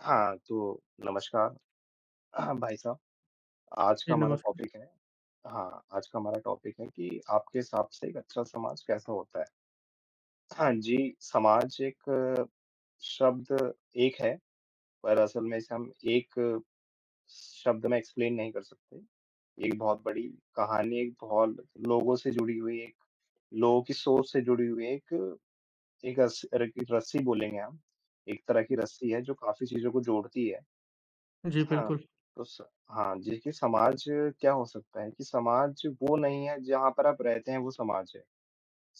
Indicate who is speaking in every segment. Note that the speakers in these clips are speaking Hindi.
Speaker 1: हाँ, तो नमस्कार। हाँ, भाई साहब। आज का
Speaker 2: जी,
Speaker 1: हमारा
Speaker 2: नमस्कार।
Speaker 1: टॉपिक है। हाँ, आज का हमारा टॉपिक है कि आपके हिसाब से एक अच्छा समाज कैसा होता है? हाँ जी, समाज एक शब्द एक है, पर असल में इसे हम एक शब्द में एक्सप्लेन नहीं कर सकते। एक बहुत बड़ी कहानी, एक बहुत लोगों से जुड़ी हुई एक लोगों की सोच से जुड़ी हुई एक एक रस र रस्सी बोलेंगे हम। एक तरह की रस्सी है जो काफ़ी चीज़ों को जोड़ती है।
Speaker 2: जी,
Speaker 1: हाँ,
Speaker 2: बिल्कुल।
Speaker 1: तो स हाँ, जी कि समाज क्या हो सकता है कि समाज वो नहीं है जहाँ पर आप रहते हैं, वो समाज है।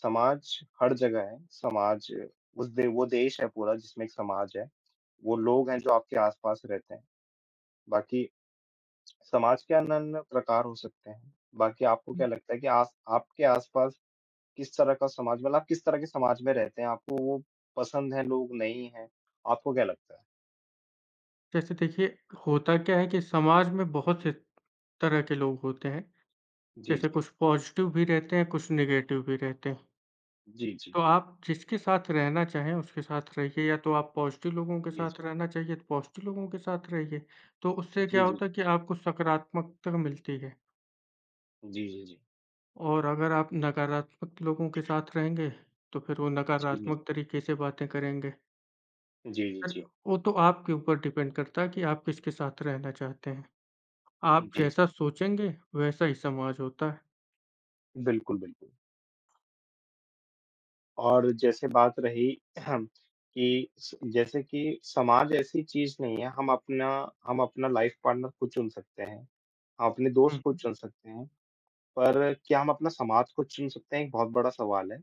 Speaker 1: समाज हर जगह है, समाज उस दे वो देश है पूरा जिसमें एक समाज है। वो लोग हैं जो आपके आस-पास रहते हैं। बाकी समाज के अन्य-अन्य प्रकार हो सकते हैं। बाकी आपको क्या लगता है कि आस आपके आस-पास किस तरह का समाज, मतलब आप किस तरह के समाज में रहते हैं? आपको वो पसंद है, लोग नहीं हैं? आपको क्या लगता है?
Speaker 2: जैसे देखिए, होता क्या है कि समाज में बहुत
Speaker 1: जी।
Speaker 2: से तरह के लोग होते हैं।
Speaker 1: जी,
Speaker 2: जैसे
Speaker 1: जी।
Speaker 2: कुछ पॉज़िटिव भी रहते हैं, कुछ नेगेटिव भी रहते हैं।
Speaker 1: जी, जी।
Speaker 2: तो आप जिसके साथ रहना चाहें, उसके साथ रहिए या तो आप पॉज़िटिव लोगों के
Speaker 1: जी,
Speaker 2: साथ
Speaker 1: जी।
Speaker 2: रहना चाहिए, तो पॉज़िटिव लोगों के साथ रहिए। तो उससे
Speaker 1: जी,
Speaker 2: क्या
Speaker 1: जी।
Speaker 2: होता है कि आपको सकारात्मकता मिलती है
Speaker 1: जी, जी, जी।
Speaker 2: और अगर आप नकारात्मक लोगों के साथ रहेंगे, तो फिर वो
Speaker 1: जी, जी, जी।
Speaker 2: नकारात्मक तरीके से बातें करेंगे।
Speaker 1: जी, जी,
Speaker 2: पर
Speaker 1: जी।
Speaker 2: वो तो आपके ऊपर डिपेंड करता है कि आप किसके साथ रहना चाहते हैं। आप
Speaker 1: जी,
Speaker 2: जैसा
Speaker 1: जी।
Speaker 2: सोचेंगे, वैसा ही समाज होता है।
Speaker 1: बिल्कुल, बिल्कुल। और जैसे बात रही कि स जैसे कि समाज ऐसी चीज़ नहीं है, हम अपना लाइफ़ पार्टनर खुद चुन सकते हैं, हम अपने
Speaker 2: हुँ,
Speaker 1: दोस्त खुद
Speaker 2: हुँ।
Speaker 1: चुन सकते हैं, पर क्या हम अपना समाज खुद चुन सकते हैं? एक बहुत बड़ा सवाल है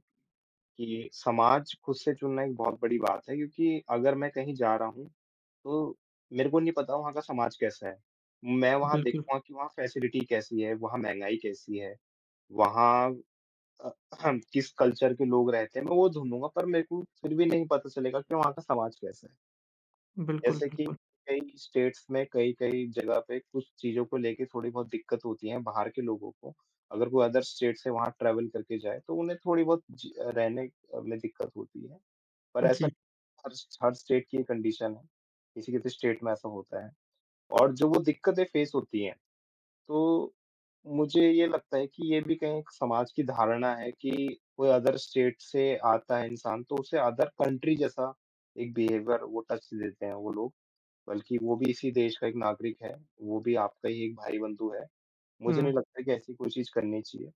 Speaker 1: कि समाज खुद से चुनना एक बहुत बड़ी बात है क्योंकि अगर मैं कहीं जा रहा हूँ, तो मेरे को नहीं पता वहाँ का समाज कैसा है। मैं वहाँ
Speaker 2: बिल्कुल,
Speaker 1: देखूँगा कि वहाँ फैसिलिटी कैसी है, वहाँ महँगाई कैसी है, वहाँ अ, हम किस कल्चर के लोग रहते हैं, मैं वो ढूँढूँगा, पर मेरे को फिर भी नहीं पता चलेगा कि वहाँ का समाज कैसा है।
Speaker 2: बिल्कुल,
Speaker 1: जैसे कि
Speaker 2: बिल्कुल।
Speaker 1: कई स्टेट्स में, कई-कई जगह पे कुछ चीज़ों को लेके थोड़ी बहुत दिक्कत होती है बाहर के लोगों को। अगर कोई अदर स्टेट से वहाँ ट्रैवल करके जाए, तो उन्हें थोड़ी बहुत जी रहने में दिक्कत होती है। पर ऐसा
Speaker 2: जी,
Speaker 1: हर हर स्टेट की कंडीशन है, किसी-किसी स्टेट में ऐसा होता है और जो वो दिक्कतें फेस होती हैं, तो मुझे ये लगता है कि ये भी कहीं एक समाज की धारणा है कि कोई अदर स्टेट से आता है इंसान तो उसे अदर कंट्री जैसा एक बिहेवियर वो टच देते हैं वो लोग, बल्कि वो भी इसी देश का एक नागरिक है, वो भी आपका ही एक भाई-बंधु है। मुझे
Speaker 2: हुँ।
Speaker 1: नहीं लगता कि ऐसी कोई चीज़ करनी चाहिए।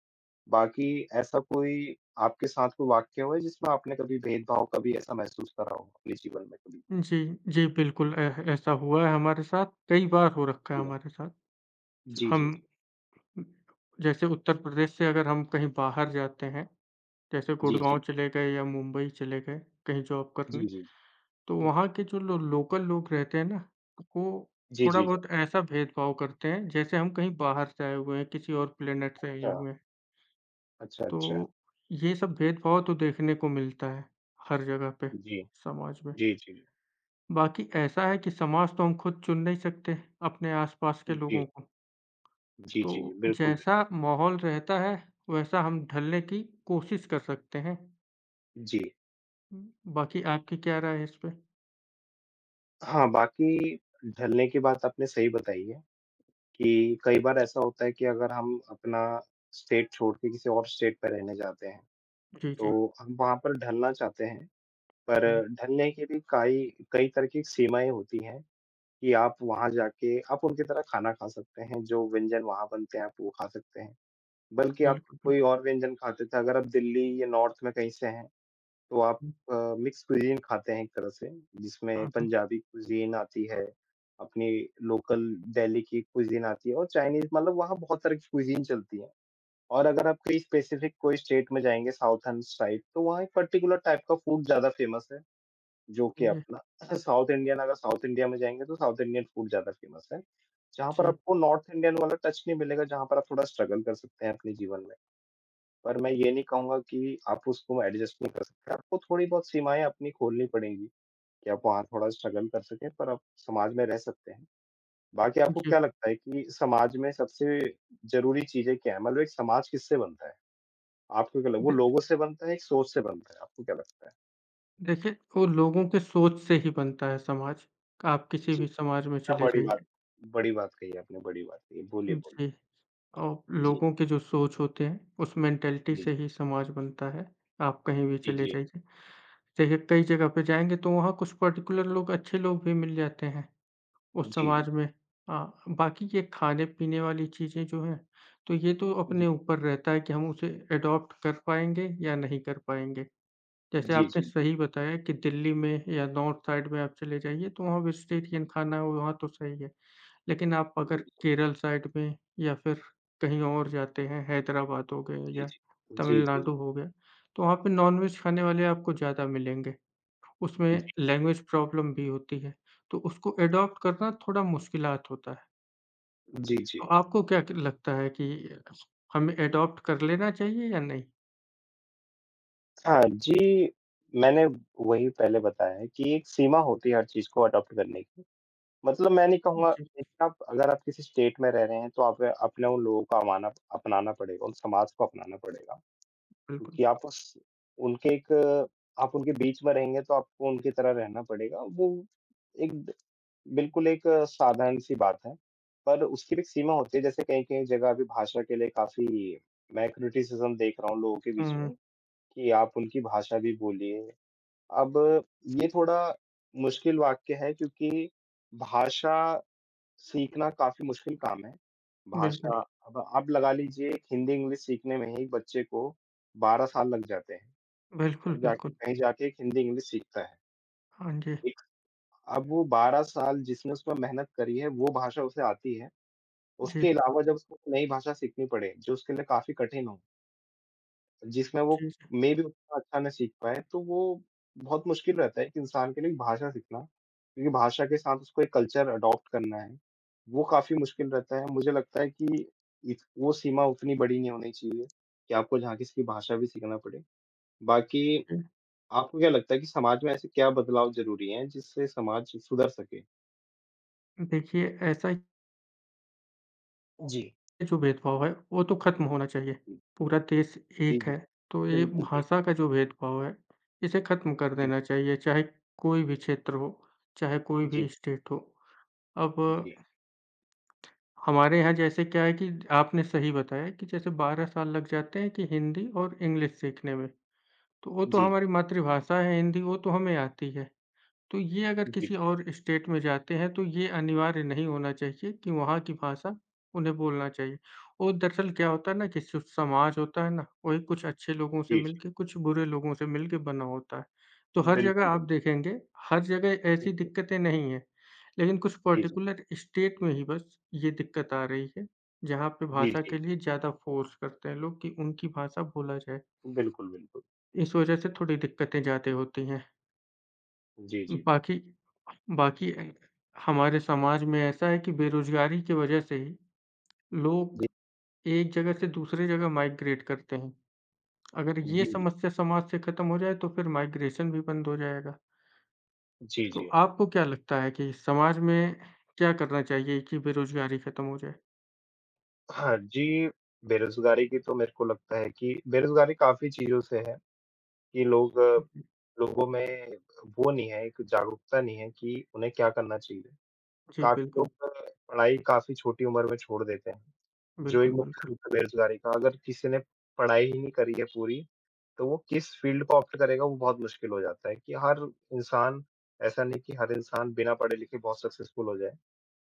Speaker 1: बाकी ऐसा कोई आपके साथ कोई वाक़या हुआ है जिसमें आपने कभी भेदभाव कभी ऐसा महसूस करा हो अपने जीवन में कभी?
Speaker 2: जी, जी, बिल्कुल ऐ ऐसा हुआ है हमारे साथ, कई बार हो रखा है
Speaker 1: जी हाँ।
Speaker 2: हमारे साथ।
Speaker 1: जी, जी,
Speaker 2: हम
Speaker 1: जी।
Speaker 2: जैसे उत्तर प्रदेश से अगर हम कहीं बाहर जाते हैं, जैसे
Speaker 1: जी,
Speaker 2: गुड़गाँव
Speaker 1: जी।
Speaker 2: चले गए या मुंबई चले गए कहीं जॉब करने,
Speaker 1: जी, जी, जी।
Speaker 2: तो वहाँ के जो लो लोकल लोग रहते हैं ना, वो
Speaker 1: जी,
Speaker 2: थोड़ा
Speaker 1: जी, जी।
Speaker 2: बहुत ऐसा भेदभाव करते हैं जैसे हम कहीं बाहर से आए हुए हैं, किसी और प्लेनेट से आए
Speaker 1: अच्छा,
Speaker 2: हुए हैं।
Speaker 1: अच्छा,
Speaker 2: तो
Speaker 1: अच्छा।
Speaker 2: ये सब भेदभाव तो देखने को मिलता है, हर जगह पे
Speaker 1: जी।
Speaker 2: समाज में।
Speaker 1: जी, जी।
Speaker 2: बाकी ऐसा है कि समाज तो हम खुद चुन नहीं सकते, अपने आस-पास के लोगों
Speaker 1: जी,
Speaker 2: को।
Speaker 1: जी,
Speaker 2: तो
Speaker 1: जी, बिल्कुल, बिल्कुल।
Speaker 2: जैसा माहौल रहता है, वैसा हम ढलने की कोशिश कर सकते हैं।
Speaker 1: जी।
Speaker 2: उम, बाकी आपकी क्या राय है इस पे?
Speaker 1: हाँ, बाकी ढलने की बात आपने सही बताई है कि कई बार ऐसा होता है कि अगर हम अपना स्टेट छोड़ के किसी और स्टेट पे रहने जाते हैं,
Speaker 2: जी, जी।
Speaker 1: तो हम वहाँ पर ढलना चाहते हैं, पर
Speaker 2: हुँ,
Speaker 1: ढलने की भी काई कई तरह की सीमाएँ होती हैं कि आप वहाँ जाके आप उनकी तरह खाना खा सकते हैं, जो व्यंजन वहाँ बनते हैं, आप वो खा सकते हैं। बल्कि आप
Speaker 2: बिल्कुल,
Speaker 1: कोई
Speaker 2: बिल्कुल।
Speaker 1: और व्यंजन खाते थे, अगर आप दिल्ली या नॉर्थ में कहीं से हैं तो आप
Speaker 2: हुँ,
Speaker 1: मिक्स कुज़ीन खाते हैं एक तरह से, जिसमें
Speaker 2: हाँ, हाँ।
Speaker 1: पंजाबी कुज़ीन आती है, अपनी लोकल दिल्ली की कुज़ीन आती है और चाइनीज़, मतलब वहाँ बहुत सारी कुज़ीन चलती है। और अगर आप कहीं स्पेसिफ़िक कोई स्टेट में जाएँगे साउथर्न साइड, तो वहाँ एक पर्टिकुलर टाइप का फूड ज़्यादा फ़ेमस है, जो कि
Speaker 2: जी,
Speaker 1: अपना साउथ इंडियन अगर साउथ इंडिया में जाएँगे तो साउथ इंडियन फूड ज़्यादा फ़ेमस है। जहाँ पर
Speaker 2: जी,
Speaker 1: आपको नॉर्थ इंडियन वाला टच नहीं मिलेगा, जहाँ पर आप थोड़ा स्ट्रगल कर सकते हैं अपने जीवन में। पर मैं ये नहीं कहूँगा कि आप उसको एडजस्ट नहीं कर सकते। आपको थोड़ी बहुत सीमाएँ अपनी खोलनी पड़ेंगी कि आप वहाँ थोड़ा स्ट्रगल कर सकें, पर आप समाज में रह सकते हैं। बाकी आपको
Speaker 2: जी।
Speaker 1: क्या लगता है कि समाज में सबसे ज़रूरी चीज़ें क्या हैं? मतलब एक समाज किससे बनता है? आपको क्या लग वो
Speaker 2: दे
Speaker 1: लोगों से बनता है, एक सोच से बनता है? आपको क्या लगता है?
Speaker 2: देखिए, वो
Speaker 1: जी,
Speaker 2: लोगों के सोच से ही बनता है समाज। आप किसी
Speaker 1: जी,
Speaker 2: भी समाज में
Speaker 1: क्या
Speaker 2: चले जाइए।
Speaker 1: बड़ी बात कही आपने, बड़ी बात कही। बोलिए, बोलिए।
Speaker 2: जी। और
Speaker 1: जी,
Speaker 2: लोगों के जो सोच होते हैं, उस मेंटालिटी
Speaker 1: जी,
Speaker 2: से ही समाज बनता है। आप कहीं भी
Speaker 1: जी,
Speaker 2: चले
Speaker 1: जी,
Speaker 2: जाइए। देखिए कई जगह पे जाएँगे तो वहाँ कुछ पर्टिकुलर लोग अच्छे लोग भी मिल जाते हैं उस
Speaker 1: जी,
Speaker 2: समाज में। हाँ, बाकी ये खाने-पीने वाली चीज़ें जो हैं, तो ये तो अपने ऊपर रहता है कि हम उसे एडॉप्ट कर पाएँगे या नहीं कर पाएँगे। जैसे
Speaker 1: जी,
Speaker 2: आपने
Speaker 1: जी, जी,
Speaker 2: सही बताया कि दिल्ली में या नॉर्थ साइड में आप चले जाइए तो वहाँ वेजिटेरियन खाना है, वहाँ तो सही है। लेकिन आप अगर
Speaker 1: जी,
Speaker 2: केरल साइड में या फिर कहीं और जाते हैं, हैदराबाद हो गए
Speaker 1: जी,
Speaker 2: या
Speaker 1: जी, जी, जी, जी,
Speaker 2: तमिलनाडु
Speaker 1: जी,
Speaker 2: हो गया, तो वहाँ पे नॉनवेज खाने वाले आपको ज़्यादा मिलेंगे। उसमें
Speaker 1: जी,
Speaker 2: लैंग्वेज प्रॉब्लम भी होती है, तो उसको एडॉप्ट करना थोड़ा मुश्किलात होता है।
Speaker 1: जी, जी, जी।
Speaker 2: तो आपको क्या क लगता है कि हमें एडॉप्ट कर लेना चाहिए या नहीं?
Speaker 1: हाँ जी, मैंने वही पहले बताया कि एक सीमा होती है हर चीज़ को अडॉप्ट करने की। मतलब मैं नहीं कहूँगा,
Speaker 2: जी,
Speaker 1: देखिए आप अगर आप किसी स्टेट में रह रहे हैं तो आप अपने उन लोगों को अमाना अपनाना पड़ेगा, उन समाज को अपनाना पड़ेगा।
Speaker 2: बिल्कुल।
Speaker 1: क्योंकि उनके एक आप उनके बीच में रहेंगे तो आपको उनकी तरह रहना पड़ेगा। वो एक बिल्कुल एक साधारण-सी बात है। पर उसकी भी एक सीमा होती है, जैसे कहीं-कहीं जगह अभी भाषा के लिए काफ़ी मैं क्रिटिसिज़्म देख रहा हूँ लोगों के बीच
Speaker 2: हुँ,
Speaker 1: में कि आप उनकी भाषा भी बोलिए। अब ये थोड़ा मुश्किल वाक्य है क्योंकि भाषा सीखना काफ़ी मुश्किल काम है।
Speaker 2: बिल्कुल।
Speaker 1: भाषा अब आप लगा लीजिए एक हिंदी इंग्लिश सीखने में ही बच्चे को 12 साल लग जाते हैं।
Speaker 2: बिल्कुल,
Speaker 1: तब जाके
Speaker 2: बिल्कुल।
Speaker 1: कहीं जाके एक हिंदी इंग्लिश सीखता है।
Speaker 2: हाँ जी।
Speaker 1: एक अब वो 12 साल जिसने उसमें मेहनत करी है वो भाषा उसे आती है।
Speaker 2: जी,
Speaker 1: उसके अलावा जब उसको नई भाषा सीखनी पड़े जो उसके लिए काफ़ी कठिन हो। जिसमें वो
Speaker 2: जी, जी,
Speaker 1: मे बी उतना अच्छा ना सीख पाए, तो वो बहुत मुश्किल रहता है एक इंसान के लिए भाषा सीखना, क्योंकि भाषा के साथ उसको एक कल्चर अडॉप्ट करना है, वो काफ़ी मुश्किल रहता है। मुझे लगता है कि इत वो सीमा उतनी बड़ी नहीं होनी चाहिए कि आपको जहाँ किसी की भाषा भी सीखना पड़े। बाकी
Speaker 2: जी।
Speaker 1: आपको क्या लगता है कि समाज में ऐसे क्या बदलाव ज़रूरी हैं, जिससे समाज सुधर सके?
Speaker 2: देखिए ऐसा
Speaker 1: जी।
Speaker 2: जो भेदभाव है, वो तो खत्म होना चाहिए। पूरा देश
Speaker 1: जी,
Speaker 2: एक
Speaker 1: जी।
Speaker 2: है, तो ये
Speaker 1: बिल्कुल, बिल्कुल।
Speaker 2: भाषा का जो भेदभाव है, इसे खत्म कर
Speaker 1: जी,
Speaker 2: देना चाहिए, चाहे कोई भी क्षेत्र हो, चाहे कोई
Speaker 1: जी,
Speaker 2: भी स्टेट हो। अब
Speaker 1: जी,
Speaker 2: हमारे यहाँ जैसे क्या है कि आपने सही बताया कि जैसे 12 साल लग जाते हैं कि हिंदी और इंग्लिश सीखने में, तो वो तो
Speaker 1: जी,
Speaker 2: हमारी मातृभाषा है हिंदी, वो तो हमें आती है। तो ये अगर
Speaker 1: जी, जी,
Speaker 2: किसी
Speaker 1: जी,
Speaker 2: और स्टेट में जाते हैं, तो ये अनिवार्य नहीं होना चाहिए कि वहाँ की भाषा उन्हें बोलना चाहिए। और दरअसल क्या होता है ना कि जो समाज होता है ना, वही कुछ अच्छे लोगों से
Speaker 1: जी, जी,
Speaker 2: मिलके, कुछ बुरे लोगों से मिलके बना होता है। तो हर जगह
Speaker 1: बिल्कुल,
Speaker 2: आप देखेंगे, हर जगह ऐसी
Speaker 1: बिल्कुल।
Speaker 2: दिक्कतें नहीं हैं, लेकिन कुछ
Speaker 1: जी, जी,
Speaker 2: पर्टिकुलर स्टेट में ही बस ये दिक्कत आ रही है, जहाँ पे
Speaker 1: जी,
Speaker 2: भाषा
Speaker 1: जी।
Speaker 2: के लिए ज़्यादा फ़ोर्स करते हैं लोग कि उनकी भाषा बोला जाए।
Speaker 1: बिल्कुल, बिल्कुल।
Speaker 2: इस वजह से थोड़ी दिक्कतें ज़्यादा होती हैं।
Speaker 1: जी, जी।
Speaker 2: बाकी बाकी अ, हमारे समाज में ऐसा है कि बेरोज़गारी की वजह से ही लोग
Speaker 1: जी।
Speaker 2: एक जगह से दूसरे जगह माइग्रेट करते हैं। अगर
Speaker 1: जी,
Speaker 2: ये
Speaker 1: जी।
Speaker 2: समस्या समाज से खत्म हो जाए तो फिर माइग्रेशन भी बंद हो जाएगा।
Speaker 1: जी,
Speaker 2: तो
Speaker 1: जी।
Speaker 2: आपको क्या लगता है कि समाज में क्या करना चाहिए कि बेरोज़गारी खत्म हो जाए?
Speaker 1: हाँ जी, बेरोज़गारी की तो मेरे को लगता है कि बेरोज़गारी काफ़ी चीज़ों से है कि
Speaker 2: जी,
Speaker 1: लोगों में वो नहीं है, एक जागरूकता नहीं है कि उन्हें क्या करना चाहिए।
Speaker 2: जी,
Speaker 1: काफ़ी
Speaker 2: बिल्कुल।
Speaker 1: लोग पढ़ाई काफ़ी छोटी उम्र में छोड़ देते हैं, जो एक
Speaker 2: बिल्कुल,
Speaker 1: मुख्य
Speaker 2: बिल्कुल।
Speaker 1: रूप है बेरोज़गारी का। अगर किसी ने पढ़ाई ही नहीं करी है पूरी, तो वो किस फ़ील्ड को ऑप्ट करेगा वो बहुत मुश्किल हो जाता है कि हर इंसान ऐसा नहीं कि हर इंसान बिना पढ़े-लिखे बहुत सक्सेसफुल हो जाए,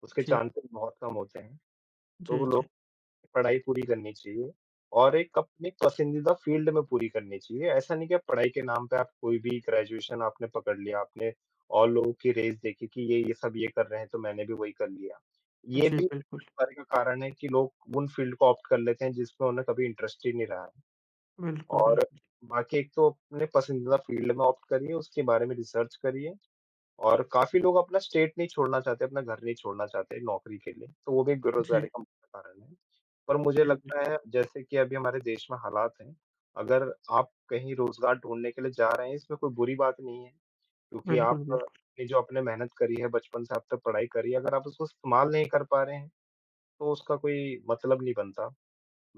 Speaker 1: उसके
Speaker 2: जी,
Speaker 1: चांसेस बहुत कम होते हैं। तो वो
Speaker 2: जी, जी।
Speaker 1: लोग पढ़ाई पूरी करनी चाहिए और एक अपने पसंदीदा फ़ील्ड में पूरी करनी चाहिए। ऐसा नहीं कि आप पढ़ाई के नाम पे आप कोई भी ग्रेजुएशन आपने पकड़ लिया, आपने और लोगों की रेस देखी कि ये सब ये कर रहे हैं तो मैंने भी वही कर लिया। ये
Speaker 2: जी,
Speaker 1: भी
Speaker 2: बिल्कुल।
Speaker 1: बेरोज़गारी का कारण है कि लोग उन फ़ील्ड को ऑप्ट कर लेते हैं जिसमें उन्हें कभी इंटरेस्ट ही नहीं रहा है।
Speaker 2: बिल्कुल,
Speaker 1: और
Speaker 2: बिल्कुल।
Speaker 1: बाकी एक तो अपने पसंदीदा फ़ील्ड में ऑप्ट करिए, उसके बारे में रिसर्च करिए और काफ़ी लोग अपना स्टेट नहीं छोड़ना चाहते, अपना घर नहीं छोड़ना चाहते नौकरी के लिए, तो वो भी
Speaker 2: जी,
Speaker 1: बेरोज़गारी का मुख्य कारण है। पर मुझे
Speaker 2: जी, बिल्कुल।
Speaker 1: लगता है जैसे कि अभी हमारे देश में हालात हैं, अगर आप कहीं रोज़गार ढूँढने के लिए जा रहे हैं, इसमें कोई बुरी बात नहीं है, क्योंकि
Speaker 2: बिल्कुल,
Speaker 1: आप
Speaker 2: बिल्कुल।
Speaker 1: ने जो आपने मेहनत करी है, बचपन से आप तक पढ़ाई करी है, अगर आप उसको इस्तेमाल नहीं कर पा रहे हैं, तो उसका कोई मतलब नहीं बनता।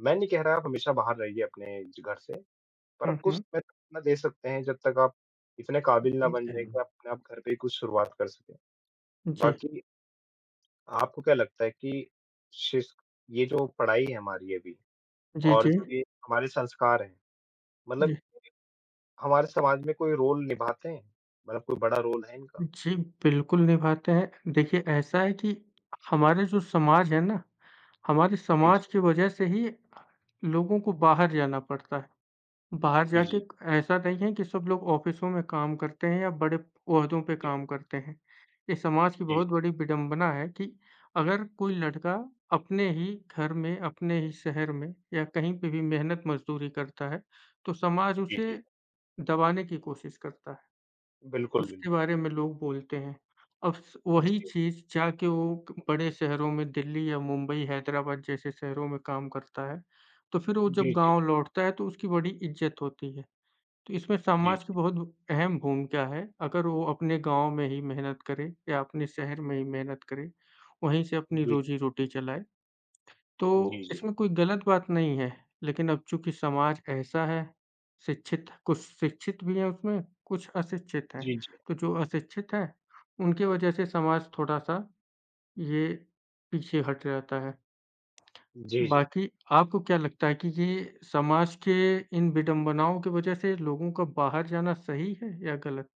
Speaker 1: मैं नहीं कह रहा आप हमेशा बाहर रहिए अपने ज घर से, पर
Speaker 2: हुँ,
Speaker 1: आप कुछ
Speaker 2: हुँ।
Speaker 1: समय तक अपना दे सकते हैं, जब तक आप इतने काबिल ना बन जाएँ
Speaker 2: जी,
Speaker 1: कि आप अपने आप घर पे ही कुछ शुरुआत कर सकें।
Speaker 2: जी,
Speaker 1: बाकी आपको क्या लगता है कि शिश ये जो पढ़ाई है हमारी अभी और
Speaker 2: जी।
Speaker 1: जो ये हमारे संस्कार हैं, मतलब
Speaker 2: जी।
Speaker 1: हमारे समाज में कोई रोल निभाते हैं? मतलब कोई बड़ा रोल है इनका?
Speaker 2: जी, बिल्कुल निभाते हैं। देखिए, ऐसा है कि हमारे जो समाज है ना, हमारे
Speaker 1: जी,
Speaker 2: समाज
Speaker 1: जी।
Speaker 2: की वजह से ही लोगों को बाहर जाना पड़ता है। बाहर
Speaker 1: जी,
Speaker 2: जाके
Speaker 1: जी।
Speaker 2: ऐसा नहीं है कि सब लोग ऑफ़िसों में काम करते हैं या बड़े ओहदों पे काम करते हैं। ये समाज की
Speaker 1: जी,
Speaker 2: बहुत बड़ी विडंबना है कि अगर कोई लड़का अपने ही घर में, अपने ही शहर में या कहीं पे भी मेहनत मज़दूरी करता है, तो समाज
Speaker 1: जी, जी,
Speaker 2: उसे
Speaker 1: जी।
Speaker 2: दबाने की कोशिश करता है।
Speaker 1: बिल्कुल,
Speaker 2: उसके
Speaker 1: बिल्कुल।
Speaker 2: बारे में लोग बोलते हैं। अब स वही
Speaker 1: जी।
Speaker 2: चीज़ जाके वो क बड़े शहरों में दिल्ली या मुंबई, हैदराबाद जैसे शहरों में काम करता है, तो फिर वो जब
Speaker 1: जी, जी,
Speaker 2: गाँव लौटता है तो उसकी बड़ी इज़्ज़त होती है। तो इसमें
Speaker 1: जी।
Speaker 2: समाज की बहुत अहम भूमिका है, अगर वो अपने गाँव में ही मेहनत करे या अपने शहर में ही मेहनत करे, वहीं से अपनी
Speaker 1: जी,
Speaker 2: रोज़ी-रोटी चलाए। तो
Speaker 1: जी, जी।
Speaker 2: इसमें कोई गलत बात नहीं है, लेकिन अब चूँकि समाज ऐसा है, शिक्षित कुछ शिक्षित भी हैं उसमें, कुछ अशिक्षित हैं।
Speaker 1: जी, जी।
Speaker 2: तो जो अशिक्षित हैं, उनकी वजह से समाज थोड़ा-सा ये पीछे हट जाता है।
Speaker 1: जी, जी।
Speaker 2: बाकी आपको क्या लगता है कि ये समाज के इन विडंबनाओं की वजह से लोगों का बाहर जाना सही है या गलत?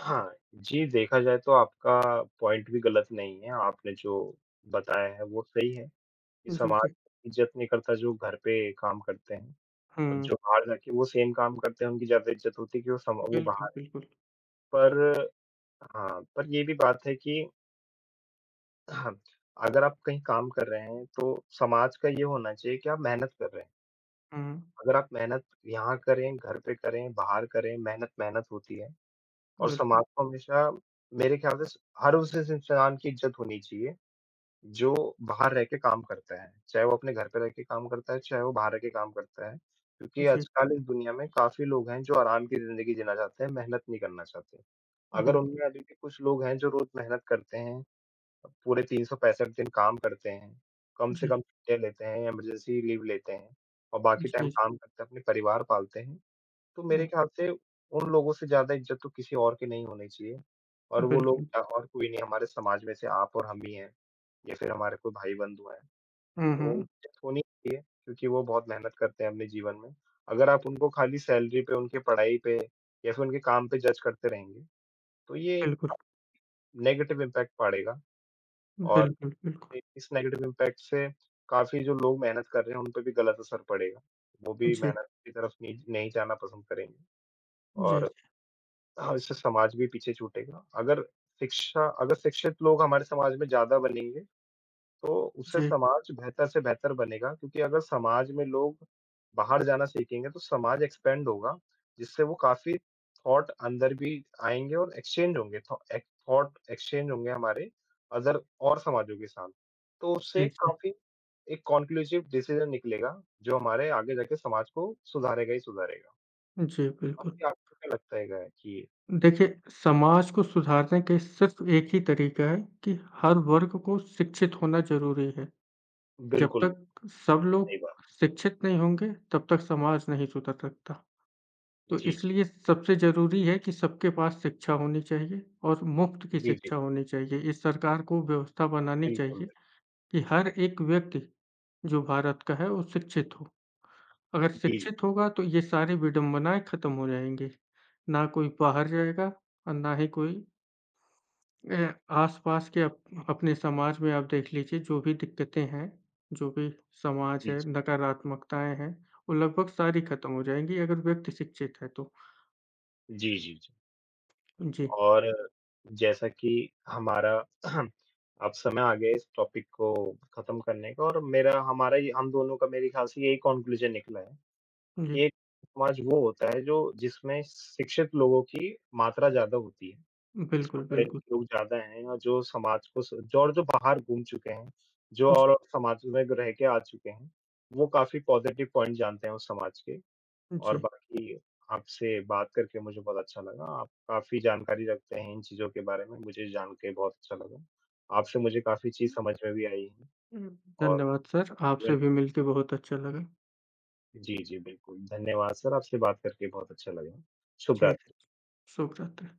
Speaker 1: हाँ, जी, देखा जाए तो आपका पॉइंट भी गलत नहीं है, आपने जो बताया है वो सही है, कि
Speaker 2: जी,
Speaker 1: समाज
Speaker 2: जी।
Speaker 1: इज़्ज़त नहीं करता जो घर पे काम करते हैं। अब
Speaker 2: हुँ,
Speaker 1: जो बाहर जाके वो सेम काम करते हैं, उनकी ज़्यादा इज़्ज़त होती है कि वो
Speaker 2: बिल्कुल,
Speaker 1: बाहर हैं।
Speaker 2: बिल्कुल।
Speaker 1: पर हाँ, पर ये भी बात है कि हाँ, अगर आप कहीं काम कर रहे हैं, तो समाज का ये होना चाहिए कि आप मेहनत कर रहे हैं।
Speaker 2: हुँ,
Speaker 1: अगर आप मेहनत यहाँ करें, घर पे करें, बाहर करें, मेहनत मेहनत होती है और समाज
Speaker 2: बिल्कुल।
Speaker 1: को हमेशा मेरे ख्याल से स हर उस इंसान की इज़्ज़त होनी चाहिए। जो बाहर रह के काम करता है, चाहे वो अपने घर पे रह के काम करता है, चाहे वो बाहर रह के काम करता है। क्योंकि
Speaker 2: जी,
Speaker 1: आजकल इस दुनिया में काफ़ी लोग हैं जो आराम की ज़िंदगी जीना चाहते हैं, मेहनत नहीं करना चाहते। अगर
Speaker 2: बिल्कुल।
Speaker 1: उनमें अभी भी कुछ लोग हैं जो रोज़ मेहनत करते हैं, पूरे 365 दिन काम करते हैं, कम से
Speaker 2: जी,
Speaker 1: कम छुट्टियाँ लेते हैं, इमरजेंसी लीव लेते हैं और बाकी टाइम
Speaker 2: जी, जी।
Speaker 1: काम करते हैं, अपने परिवार पालते हैं। तो मेरे
Speaker 2: हुँ,
Speaker 1: ख्याल से उन लोगों से ज़्यादा इज़्ज़त तो किसी और की नहीं होनी चाहिए और वो लोग
Speaker 2: बिल्कुल।
Speaker 1: और कोई नहीं हमारे समाज में से आप और हम ही हैं। या फिर हमारे कोई भाई-बंधु हैं,
Speaker 2: हुँ,
Speaker 1: तो
Speaker 2: हुँ,
Speaker 1: उचित होनी चाहिए क्योंकि वो बहुत मेहनत करते हैं अपने जीवन में। अगर आप उनको खाली सैलरी पे, उनकी पढ़ाई पे या फिर उनके काम पे जज करते रहेंगे, तो ये एक
Speaker 2: बिल्कुल।
Speaker 1: नेगेटिव इम्पैक्ट पड़ेगा और
Speaker 2: बिल्कुल, बिल्कुल।
Speaker 1: इ इस नेगेटिव इम्पैक्ट से काफ़ी जो लोग मेहनत कर रहे हैं, उन पे भी गलत असर पड़ेगा। वो भी
Speaker 2: जी,
Speaker 1: मेहनत की तरफ नहीं नहीं जाना पसंद करेंगे
Speaker 2: जी,
Speaker 1: और हाँ, इससे समाज भी पीछे छूटेगा। अगर शिक्षित लोग हमारे समाज में ज़्यादा बनेंगे तो उससे
Speaker 2: जी,
Speaker 1: समाज बेहतर से बेहतर बनेगा क्योंकि अगर समाज में लोग बाहर जाना सीखेंगे तो समाज एक्सपेंड होगा, जिससे वो काफ़ी थॉट अंदर भी आएँगे और एक्सचेंज होंगे, थॉ एक थॉट एक्सचेंज होंगे हमारे अदर और समाजों के साथ। तो उससे
Speaker 2: जी,
Speaker 1: काफ़ी एक कॉन्क्लूसिव डिसीज़न निकलेगा, जो हमारे आगे जाके समाज को सुधारेगा ही सुधारेगा।
Speaker 2: जी, जी, बिल्कुल।
Speaker 1: बाकी आपको क्या लगता है क्या कि
Speaker 2: देखिए, समाज को सुधारने के सिर्फ़ एक ही तरीका है कि हर वर्ग को शिक्षित होना ज़रूरी है। जब
Speaker 1: बिल्कुल,
Speaker 2: तक सब
Speaker 1: सही बात।
Speaker 2: लोग शिक्षित नहीं होंगे, तब तक समाज नहीं सुधर सकता। तो
Speaker 1: जी, जी,
Speaker 2: इसलिए
Speaker 1: जी।
Speaker 2: सबसे ज़रूरी है कि सबके पास शिक्षा होनी चाहिए और मुफ़्त की
Speaker 1: जी, जी,
Speaker 2: शिक्षा
Speaker 1: जी।
Speaker 2: होनी चाहिए। इस सरकार को व्यवस्था बनानी
Speaker 1: बिल्कुल,
Speaker 2: चाहिए
Speaker 1: बिल्कुल।
Speaker 2: कि हर एक व्यक्ति जो भारत का है, वो शिक्षित हो। अगर
Speaker 1: जी, जी।
Speaker 2: शिक्षित होगा तो ये सारी विडंबनाएँ खत्म हो जाएँगी। ना कोई बाहर जाएगा और ना ही कोई आस-पास के अप अपने समाज में आप देख लीजिए जो भी दिक्कतें हैं, जो भी समाज
Speaker 1: जी,
Speaker 2: है,
Speaker 1: जी।
Speaker 2: नकारात्मकताएँ हैं, वो लगभग सारी खत्म हो जाएँगी अगर व्यक्ति शिक्षित है तो।
Speaker 1: जी, जी, जी।
Speaker 2: जी,
Speaker 1: और जैसा कि हमारा अब समय आ गया इस टॉपिक को खत्म करने का और मेरा हमारा ये हम दोनों का मेरे ख्याल से यही कॉन्क्लूजन निकला है
Speaker 2: जी।
Speaker 1: कि एक समाज वो होता है जो जिसमें शिक्षित लोगों की मात्रा ज़्यादा होती है,
Speaker 2: बिल्कुल,
Speaker 1: जिसमें
Speaker 2: जी। बिल्कुल।
Speaker 1: पढ़े-लिखे लोग ज़्यादा हैं और जो समाज को स जो और जो बाहर घूम चुके हैं, जो
Speaker 2: जी,
Speaker 1: और समाज में रह के आ चुके हैं, वो काफ़ी पॉजिटिव पॉइंट जानते हैं उस समाज के। और
Speaker 2: जी।
Speaker 1: बाकी आपसे बात करके मुझे बहुत अच्छा लगा। आप काफ़ी जानकारी रखते हैं इन चीज़ों के बारे में, मुझे जान के बहुत अच्छा लगा। आपसे मुझे काफ़ी चीज़ समझ में भी आई है और
Speaker 2: धन्यवाद सर, आपसे भी मिलके बहुत अच्छा लगा।
Speaker 1: जी, जी, बिल्कुल। धन्यवाद सर, आपसे बात करके बहुत अच्छा लगा। शुभ
Speaker 2: जी,
Speaker 1: रात्रि।
Speaker 2: शुभ रात्रि।